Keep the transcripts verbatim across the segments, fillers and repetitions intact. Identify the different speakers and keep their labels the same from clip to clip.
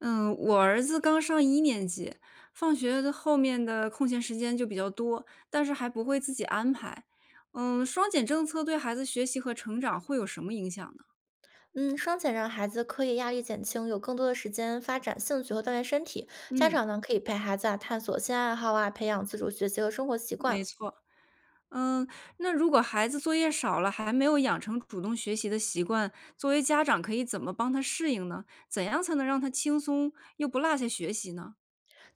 Speaker 1: 嗯，我儿子刚上一年级，放学的后面的空闲时间就比较多，但是还不会自己安排。嗯，双减政策对孩子学习和成长会有什么影响呢？
Speaker 2: 嗯，双减让孩子课业压力减轻，有更多的时间发展兴趣和锻炼身体。家
Speaker 1: 嗯，
Speaker 2: 长呢，可以陪孩子啊探索新爱好啊，培养自主学习和生活习
Speaker 1: 没
Speaker 2: 惯。
Speaker 1: 错。嗯，那如果孩子作业少了，还没有养成主动学习的习惯，作为家长可以怎么帮他适应呢？怎样才能让他轻松又不落下学习呢？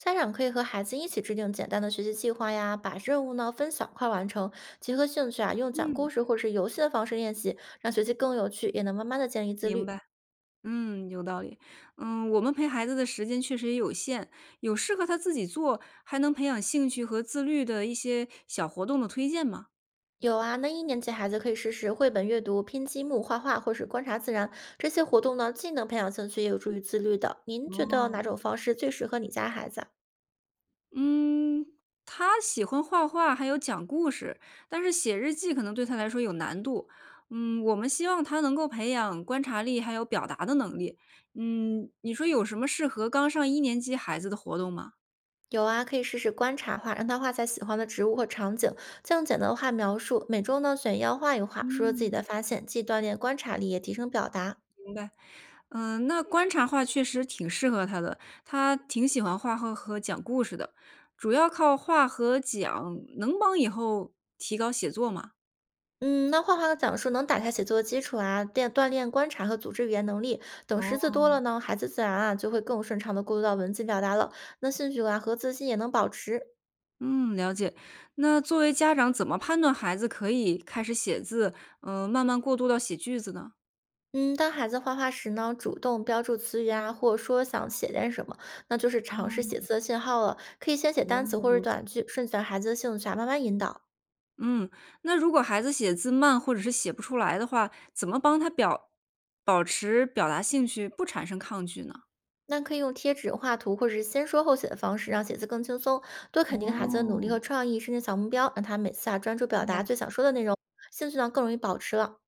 Speaker 2: 家长可以和孩子一起制定简单的学习计划呀，把任务呢分小块完成，结合兴趣啊，用讲
Speaker 1: 嗯，
Speaker 2: 故事或是游戏的方式练习，让学习更有趣，也能慢慢的建立自
Speaker 1: 明
Speaker 2: 律。
Speaker 1: 白。嗯，有道理。嗯，我们陪孩子的时间确实也有限，有适合他自己做，还能培养兴趣和自律的一些小活动的推荐吗？
Speaker 2: 有啊，那一年级孩子可以试试绘本阅读、拼积木、画画，或是观察自然这些活动呢，既能培养兴趣，也有助于自律的。您觉得哪
Speaker 1: 哦，
Speaker 2: 种方式最适合你家孩子啊？
Speaker 1: 嗯，他喜欢画画，还有讲故事，但是写日记可能对他来说有难度。嗯，我们希望他能够培养观察力，还有表达的能力。嗯，你说有什么适合刚上一年级孩子的活动吗？
Speaker 2: 有啊，可以试试观察画，让他画下喜欢的植物或场景，再用简单的画描述。每周呢，选一样画一画，说说自己的
Speaker 1: 嗯，
Speaker 2: 发现，既锻炼观察力，也提升表达。
Speaker 1: 嗯，那观察画确实挺适合他的，他挺喜欢画画和讲故事的，主要靠画和讲，能帮以后提高写作嘛？
Speaker 2: 嗯，那画画和讲述能打开写作的基础啊，练锻炼观察和组织语言能力。等识字
Speaker 1: 哦，
Speaker 2: 多了呢，孩子自然啊就会更顺畅的过渡到文字表达了。那兴趣啊和自信也能保持。
Speaker 1: 嗯，了解。那作为家长，怎么判断孩子可以开始写字，嗯，慢慢过渡到写句子呢？
Speaker 2: 嗯，当孩子画画时呢，主动标注词语啊，或者说想写点什么，那就是尝试
Speaker 1: 哦，
Speaker 2: 写字的信号了。可以先写
Speaker 1: 原
Speaker 2: 单词
Speaker 1: 来
Speaker 2: 或者
Speaker 1: 如此。
Speaker 2: 短句，顺着孩子的兴趣啊慢慢引导。
Speaker 1: 嗯，那如果孩子写字慢或者是写不出来的话，怎么帮他表保持表达兴趣，不产生抗拒呢？
Speaker 2: 那可以用贴纸、画图或者是先说后写的方式，让写字更轻松。多肯定孩子的努
Speaker 1: 哦，
Speaker 2: 力和创意，设定小目标，让他每次啊专注表
Speaker 1: 明
Speaker 2: 达
Speaker 1: 白。
Speaker 2: 最想说的内容，兴趣呢更容易保持了。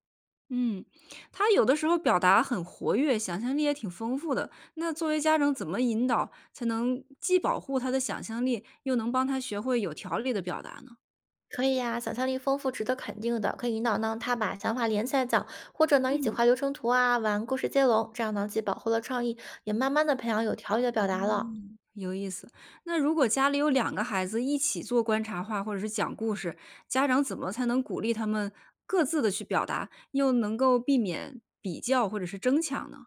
Speaker 1: 嗯，他有的时候表达很活跃，想象力也挺丰富的。那作为家长，怎么引导才能既保护他的想象力，又能帮他学会有条理的表达呢？
Speaker 2: 可以呀、想象力丰富，值得肯定的，可以引导呢他把想法连起来讲，或者呢一起
Speaker 1: 嗯，
Speaker 2: 画流程图啊，玩故事接龙，这样呢既保护了创意，也慢慢的培养有条理的表达了。
Speaker 1: 有意思。那如果家里有两个孩子一起做观察画或者是讲故事，家长怎么才能鼓励他们各自的去表达，又能够避免比较或者是争抢呢？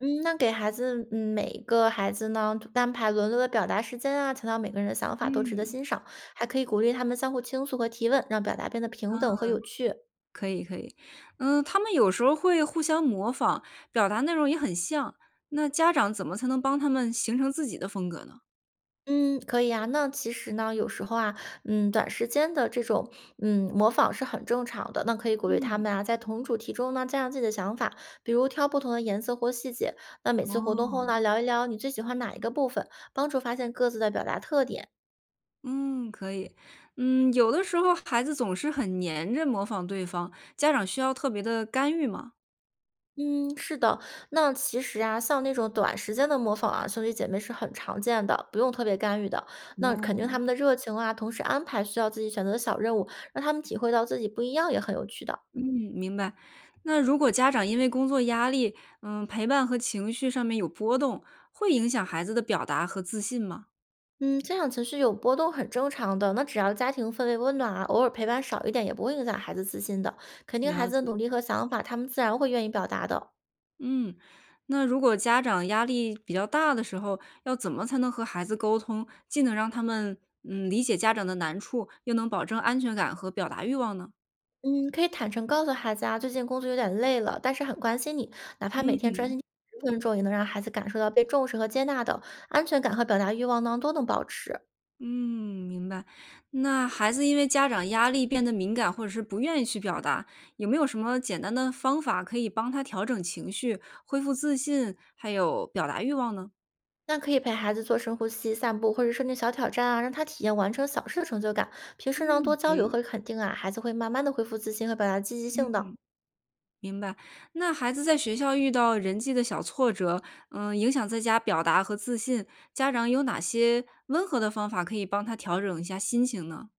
Speaker 2: 嗯，那给孩子嗯，每个孩子呢，安排轮流的表达时间啊，强调每个人的想法都值得
Speaker 1: 嗯。
Speaker 2: 欣赏，还可以鼓励他们相互倾诉和提问，让表达变得平等和有趣。
Speaker 1: 可以可以，嗯，他们有时候会互相模仿，表达内容也很像，那家长怎么才能帮他们形成自己的风格呢？
Speaker 2: 嗯，可以啊。那其实呢，有时候啊，嗯，短时间的这种嗯模仿是很正常的。那可以鼓励他
Speaker 1: 嗯，
Speaker 2: 们啊，在同主题中呢，加上自己的想法，比如挑不同的颜色或细节。那每次活动后
Speaker 1: 哦，
Speaker 2: 呢，聊一聊你最喜欢哪一个部分，帮助发现各自的表达特点。
Speaker 1: 嗯，可以，嗯，有的时候孩子总是很黏着模仿对方，家长需要特别的干预吗？
Speaker 2: 嗯，是的。那其实啊，像那种短时间的模仿啊，兄弟姐妹是很常见的，不用特别干预的。那肯定他
Speaker 1: 哦，
Speaker 2: 们的热情啊，同时安排需要自己选择的小任务，让他们体会到自己不一样，也很有趣的。
Speaker 1: 嗯，明白。那如果家长因为工作压力，嗯，陪伴和情绪上面有波动，会影响孩子的表达和自信吗？
Speaker 2: 嗯，家长情绪有波动很正常的，那只要家庭氛围温暖啊，偶尔陪伴少一点也不会影响孩子自信的，肯定孩
Speaker 1: 了
Speaker 2: 子的
Speaker 1: 解。
Speaker 2: 努力和想法，他们自然会愿意表达的。
Speaker 1: 嗯，那如果家长压力比较大的时候，要怎么才能和孩子沟通，既能让他们，嗯，理解家长的难处，又能保证安全感和表达欲望呢？
Speaker 2: 嗯，可以坦诚告诉孩子啊，最近工作有点累了，但是很关心你，哪怕每
Speaker 1: 嗯，
Speaker 2: 天专心十分钟，也能让孩子感受到被重视和接纳的安全感和表达欲望呢都能保持。
Speaker 1: 嗯，明白。那孩子因为家长压力变得敏感，或者是不愿意去表达，有没有什么简单的方法可以帮他调整情绪，恢复自信，还有表达欲望呢？
Speaker 2: 那可以陪孩子做深呼吸、散步，或者设定小挑战啊，让他体验完成小事的成就感。平时呢
Speaker 1: 嗯，
Speaker 2: 多
Speaker 1: 可
Speaker 2: 交流
Speaker 1: 以。
Speaker 2: 和肯定啊，孩子会慢慢的恢复自信和表达积极性
Speaker 1: 嗯。
Speaker 2: 的。
Speaker 1: 明白。那孩子在学校遇到人际的小挫折，嗯，影响在家表达和自信，家长有哪些温和的方法可以帮他调整一下心情呢？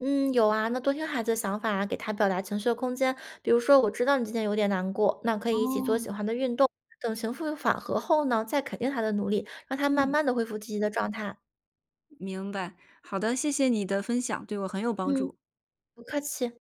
Speaker 2: 嗯，有啊，那多听孩子的想法啊，给他表达情绪的空间。比如说，我知道你今天有点难过，那可以一起做
Speaker 1: 哦，
Speaker 2: 喜欢的运动。等情绪缓和后呢，再肯定他的努力，让他慢
Speaker 1: 嗯，
Speaker 2: 慢的恢复积极的状态。
Speaker 1: 明白。好的，谢谢你的分享，对我很有帮
Speaker 2: 嗯，
Speaker 1: 助。
Speaker 2: 不客气。